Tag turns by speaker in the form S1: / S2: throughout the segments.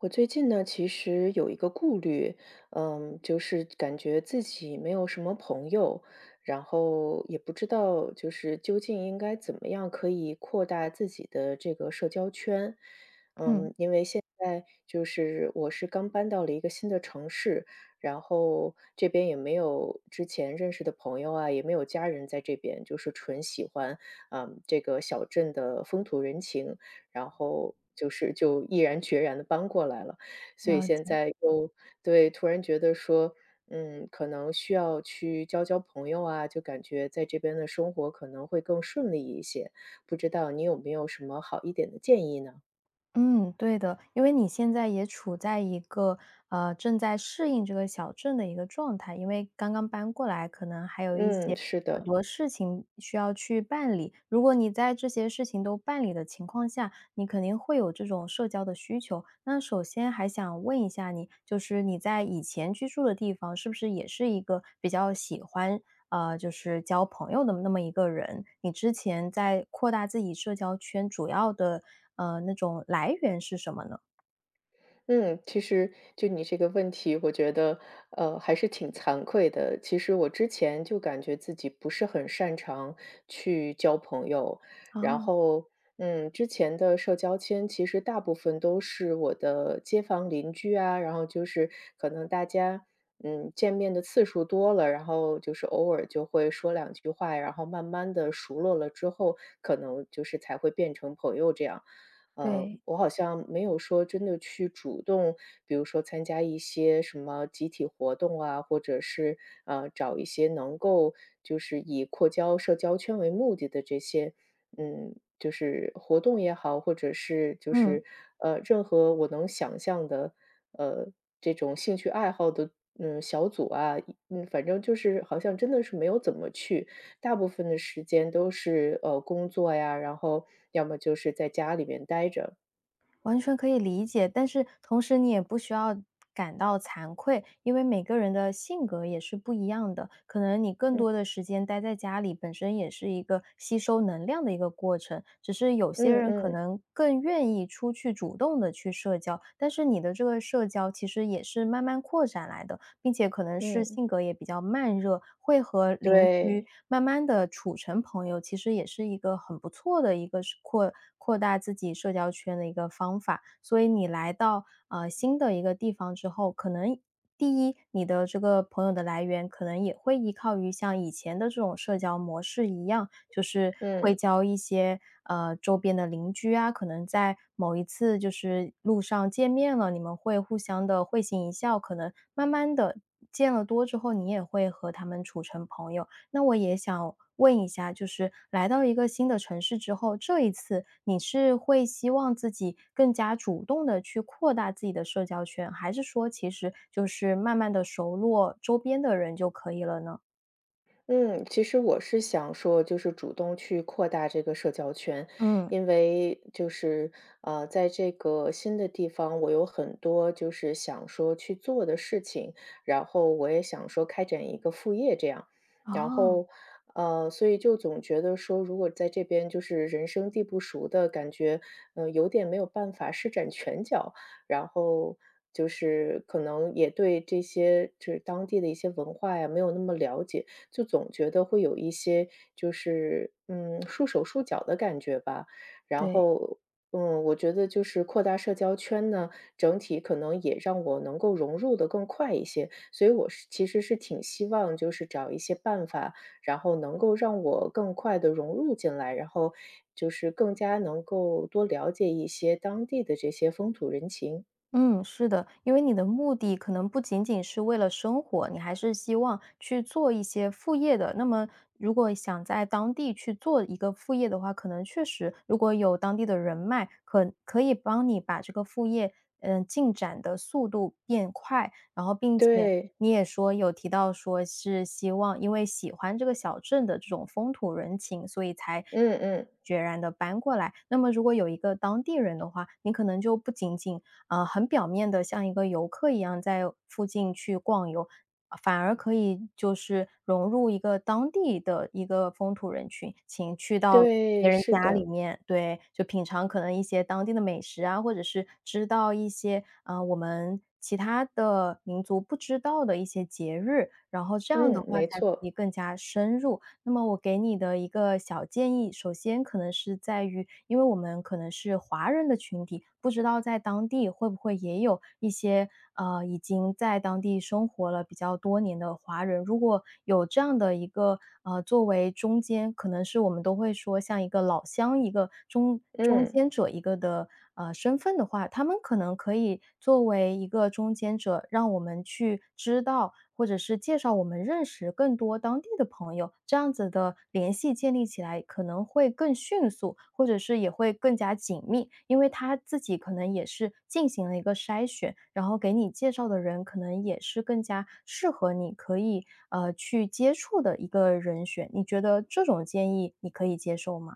S1: 我最近呢，其实有一个顾虑，就是感觉自己没有什么朋友，然后也不知道就是究竟应该怎么样可以扩大自己的这个社交圈。
S2: 嗯，
S1: 因为现在就是我是刚搬到了一个新的城市，然后这边也没有之前认识的朋友啊，也没有家人在这边，就是纯喜欢，这个小镇的风土人情。然后就是就毅然决然的搬过来了。所以
S2: 了
S1: 现
S2: 解。
S1: 在又对，突然觉得说，可能需要去交交朋友啊，就感觉在这边的生活可能会更顺利一些，不知道你有没有什么好一点的建议呢？
S2: 嗯，对的，因为你现在也处在一个正在适应这个小镇的一个状态，因为刚刚搬过来，可能还有一些
S1: 嗯，是
S2: 很
S1: 的。
S2: 多事情需要去办理。如果你在这些事情都办理的情况下，你肯定会有这种社交的需求。那首先还想问一下你，就是你在以前居住的地方，是不是也是一个比较喜欢就是交朋友的那么一个人？你之前在扩大自己社交圈，主要的那种来源是什么呢？
S1: 嗯，其实就你这个问题，我觉得，还是挺惭愧的。其实我之前就感觉自己不是很擅长去交朋友，然
S2: 哦，
S1: 后，之前的社交圈其实大部分都是我的街坊邻居啊，然后就是可能大家，见面的次数多了，然后就是偶尔就会说两句话，然后慢慢的熟络了之后，可能就是才会变成朋友这样。
S2: 对。
S1: 我好像没有说真的去主动，比如说参加一些什么集体活动啊，或者是找一些能够就是以扩交社交圈为目的的这些，就是活动也好，或者是就
S2: 嗯。
S1: 是任何我能想象的呃这种兴趣爱好的小组啊，反正就是好像真的是没有怎么去。大部分的时间都是，工作呀，然后要么就是在家里面待着。
S2: 完全可以理解，但是同时你也不需要感到惭愧，因为每个人的性格也是不一样的。可能你更多的时间待在家里，本身也是一个吸收能量的一个过程。只是有些
S1: 嗯
S2: 人可
S1: 嗯
S2: 能更愿意出去主动的去社交，但是你的这个社交其实也是慢慢扩展来的。并且可能是
S1: 嗯，
S2: 性格也比较慢热，会和邻居
S1: 对，
S2: 慢慢的处成朋友，其实也是一个很不错的一个是扩大自己社交圈的一个方法。所以你来到，呃，新的一个地方之后，可能第一，你的这个朋友的来源人可能也会依靠于像以前的这种社交模式一样，就是会
S1: 嗯。
S2: 交一些周边的邻居啊，可能在某一次就是路上见面了，你们会互相的会心一笑，可能慢慢的见了多之后，你也会和他们处成朋友。那我也想问一下，就是来到一个新的城市之后，这一次你是会希望自己更加主动的去扩大自己的社交圈，还是说其实就是慢慢的熟络周边的人就可以了呢？
S1: 嗯，其实我是想说，就是主动去扩大这个社交圈，
S2: 嗯，
S1: 因为就是在这个新的地方，我有很多就是想说去做的事情，然后我也想说开展一个副业这样，然
S2: 哦，
S1: 后所以就总觉得说，如果在这边就是人生地不熟的感觉，有点没有办法施展拳脚，然后。就是可能也对这些就是当地的一些文化呀没有那么了解，就总觉得会有一些就是，束手束脚的感觉吧。然
S2: 对。
S1: 后，我觉得就是扩大社交圈呢，整体可能也让我能够融入的更快一些。所以我是其实是挺希望就是找一些办法，然后能够让我更快的融入进来，然后就是更加能够多了解一些当地的这些风土人情。
S2: 嗯，是的，因为你的目的可能不仅仅是为了生活，你还是希望去做一些副业的。那么，如果想在当地去做一个副业的话，可能确实如果有当地的人脉，可以帮你把这个副业，嗯，进展的速度变快。然后，并且
S1: 对，
S2: 你也说有提到说是希望因为喜欢这个小镇的这种风土人情，所以才
S1: 嗯嗯，
S2: 决然的搬过来。那么，如果有一个当地人的话，你可能就不仅仅很表面的像一个游客一样在附近去逛游，反而可以就是融入一个当地的一个风土人群，请去到别
S1: 对，
S2: 人
S1: 是
S2: 家里
S1: 的，
S2: 面，对，就品尝可能一些当地的美食啊，或者是知道一些，呃，我们其他的民族不知道的一些节日，然后这样嗯的
S1: 嗯，
S2: 话
S1: 没
S2: 才可以
S1: 错，
S2: 更加深入。那么我给你的一个小建议，首先可能是在于，因为我们可能是华人的群体，不知道在当地会不会也有一些已经在当地生活了比较多年的华人。如果有这样的一个作为中间，可能是我们都会说像一个老乡，一个中中
S1: 嗯。
S2: 间者一个的，呃，身份的话，他们可能可以作为一个中间者，让我们去知道，或者是介绍我们认识更多当地的朋友，这样子的联系建立起来可能会更迅速，或者是也会更加紧密，因为他自己可能也是进行了一个筛选，然后给你介绍的人可能也是更加适合你可以，呃，去接触的一个人选，你觉得这种建议你可以接受吗？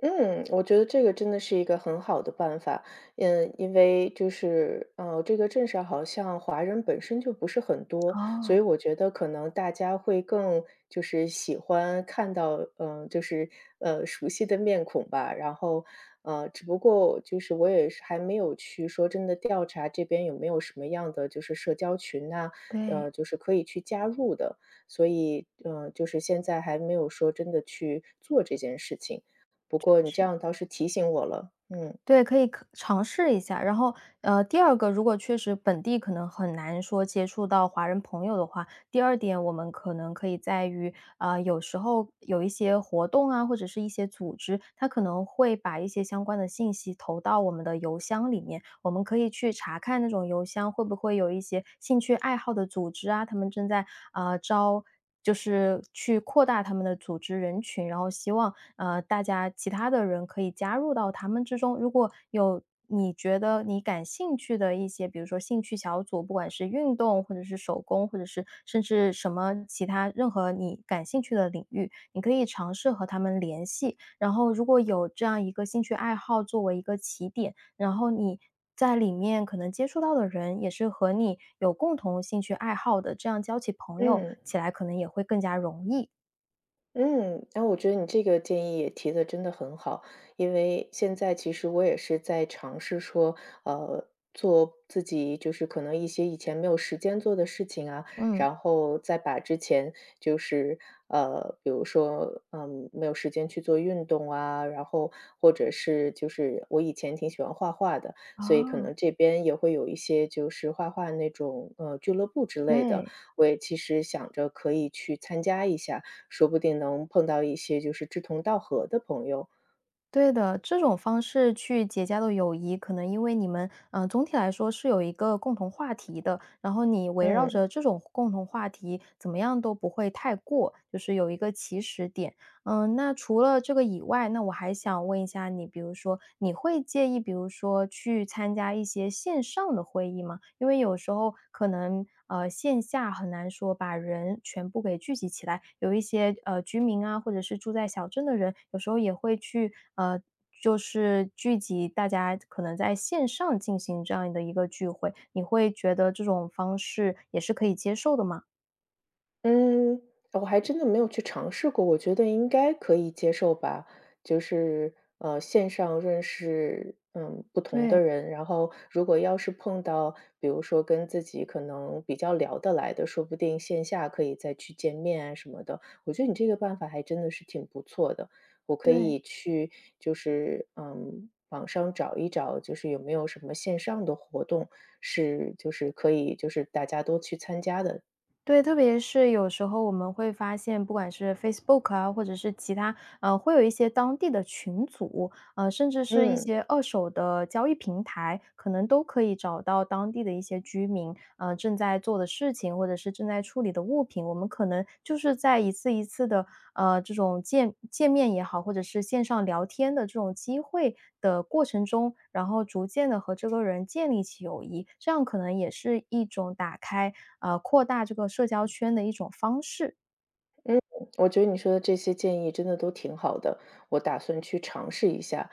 S1: 嗯，我觉得这个真的是一个很好的办法。嗯，因为就是，这个镇上好像华人本身就不是很多，所以
S2: 哦，
S1: 我觉得可能大家会更就是喜欢看到，嗯、就是，熟悉的面孔吧。然后，只不过就是我也是还没有去说真的调查这边有没有什么样的就是社交群呐、
S2: 对。
S1: 就是可以去加入的。所以，嗯，就是现在还没有说真的去做这件事情。不
S2: 确
S1: 过你这
S2: 实，
S1: 样倒是提醒我了，嗯，
S2: 对，可以可尝试一下。然后，呃，第二个，如果确实本地可能很难说接触到华人朋友的话，第二点我们可能可以在于啊，有时候有一些活动啊，或者是一些组织，他可能会把一些相关的信息投到我们的邮箱里面，我们可以去查看那种邮箱会不会有一些兴趣爱好的组织啊，他们正在啊招。就是去扩大他们的组织人群，然后希望大家其他的人可以加入到他们之中。如果有你觉得你感兴趣的一些，比如说兴趣小组，不管是运动或者是手工，或者是甚至什么其他任何你感兴趣的领域，你可以尝试和他们联系。然后如果有这样一个兴趣爱好作为一个起点，然后你在里面可能接触到的人也是和你有共同兴趣爱好的，这样交起朋友
S1: 嗯。
S2: 起来可能也会更加容易。
S1: 嗯，然后我觉得你这个建议也提的真的很好，因为现在其实我也是在尝试说，呃，做自己就是可能一些以前没有时间做的事情啊，
S2: 嗯，
S1: 然后再把之前就是比如说没有时间去做运动啊，然后或者是就是我以前挺喜欢画画的，所以可
S2: 哦，
S1: 能这边也会有一些就是画画那种俱乐部之类的，
S2: 对。
S1: 我也其实想着可以去参加一下。说不定能碰到一些就是志同道合的朋友。
S2: 对的，这种方式去结交的友谊，可能因为你们，嗯，总体来说是有一个共同话题的，然后你围绕
S1: 嗯。
S2: 着这种共同话题，怎么样都不会太过，就是有一个起始点。嗯，那除了这个以外，那我还想问一下你，比如说你会介意，比如说去参加一些线上的会议吗？因为有时候可能线下很难说把人全部给聚集起来，有一些居民啊，或者是住在小镇的人，有时候也会去就是聚集大家可能在线上进行这样的一个聚会，你会觉得这种方式也是可以接受的吗？
S1: 嗯，我还真的没有去尝试过，我觉得应该可以接受吧。就是，线上认识，不同的
S2: 对
S1: 人，然后如果要是碰到，比如说跟自己可能比较聊得来的，说不定线下可以再去见面啊什么的。我觉得你这个办法还真的是挺不错的，我可
S2: 对，
S1: 以去就是，网上找一找，就是有没有什么线上的活动是就是可以就是大家都去参加的。
S2: 对，特别是有时候我们会发现，不管是 Facebook 啊，或者是其他，呃，会有一些当地的群组，呃，甚至是一
S1: 嗯。
S2: 些二手的交易平台，可能都可以找到当地的一些居民。呃，正在做的事情，或者是正在处理的物品，我们可能就是在一次一次的，呃，这种见面也好，或者是线上聊天的这种机会的过程中，然后逐渐的和这个人建立起友谊，这样可能也是一种打开，呃，扩大这个社交圈的一种方式。
S1: 嗯，我觉得你说的这些建议真的都挺好的，我打算去尝试一下。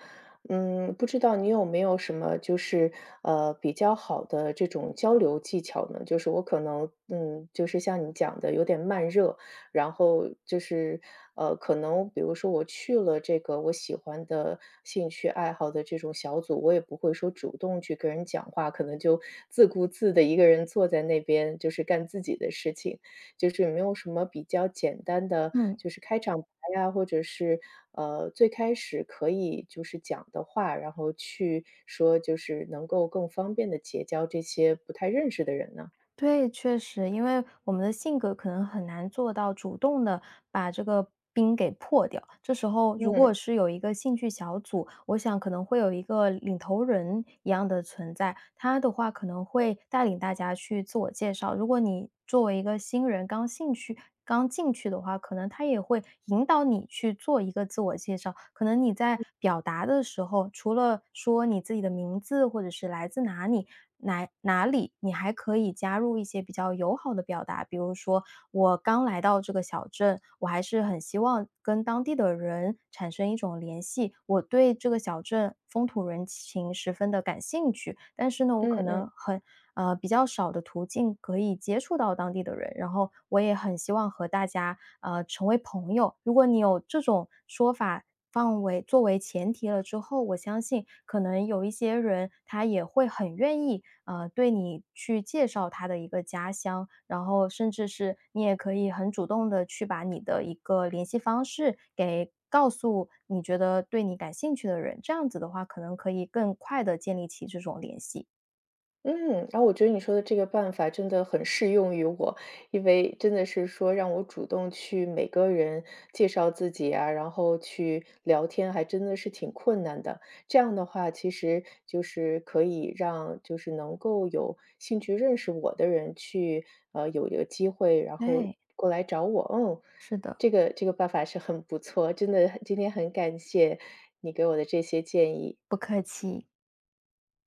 S1: 嗯，不知道你有没有什么就是比较好的这种交流技巧呢？就是我可能就是像你讲的有点慢热，然后就是可能比如说我去了这个我喜欢的兴趣爱好的这种小组，我也不会说主动去跟人讲话，可能就自顾自的一个人坐在那边，就是干自己的事情。就是有没有什么比较简单的，
S2: 嗯。
S1: 就是开场白呀，或者是最开始可以就是讲的话，然后去说，就是能够更方便的结交这些不太认识的人呢？
S2: 对，确实，因为我们的性格可能很难做到主动的把这个冰给破掉。这时候如果
S1: 嗯
S2: 是有一个兴趣小组，我想可能会有一个领头人一样的存在，他的话可能会带领大家去自我介绍。如果你作为一个新人刚兴趣刚进去的话，可能他也会引导你去做一个自我介绍。可能你在表达的时候，除了说你自己的名字或者是来自哪里，哪里你还可以加入一些比较友好的表达，比如说我刚来到这个小镇，我还是很希望跟当地的人产生一种联系，我对这个小镇风土人情十分的感兴趣，但是呢，我可
S1: 嗯
S2: 能
S1: 嗯。
S2: 很比较少的途径可以接触到当地的人，然后我也很希望和大家成为朋友。如果你有这种说法，放为作为前提了之后，我相信可能有一些人他也会很愿意，呃，对你去介绍他的一个家乡，然后甚至是你也可以很主动的去把你的一个联系方式给告诉你觉得对你感兴趣的人，这样子的话可能可以更快的建立起这种联系。
S1: 嗯，然后我觉得你说的这个办法真的很适用于我，因为真的是说让我主动去每个人介绍自己啊，然后去聊天，还真的是挺困难的。这样的话，其实就是可以让就是能够有兴趣认识我的人去，有一个机会，然后
S2: 哎，
S1: 过来找我。嗯，
S2: 是的，
S1: 这个这个办法是很不错，真的今天很感谢你给我的这些建议。
S2: 不客气。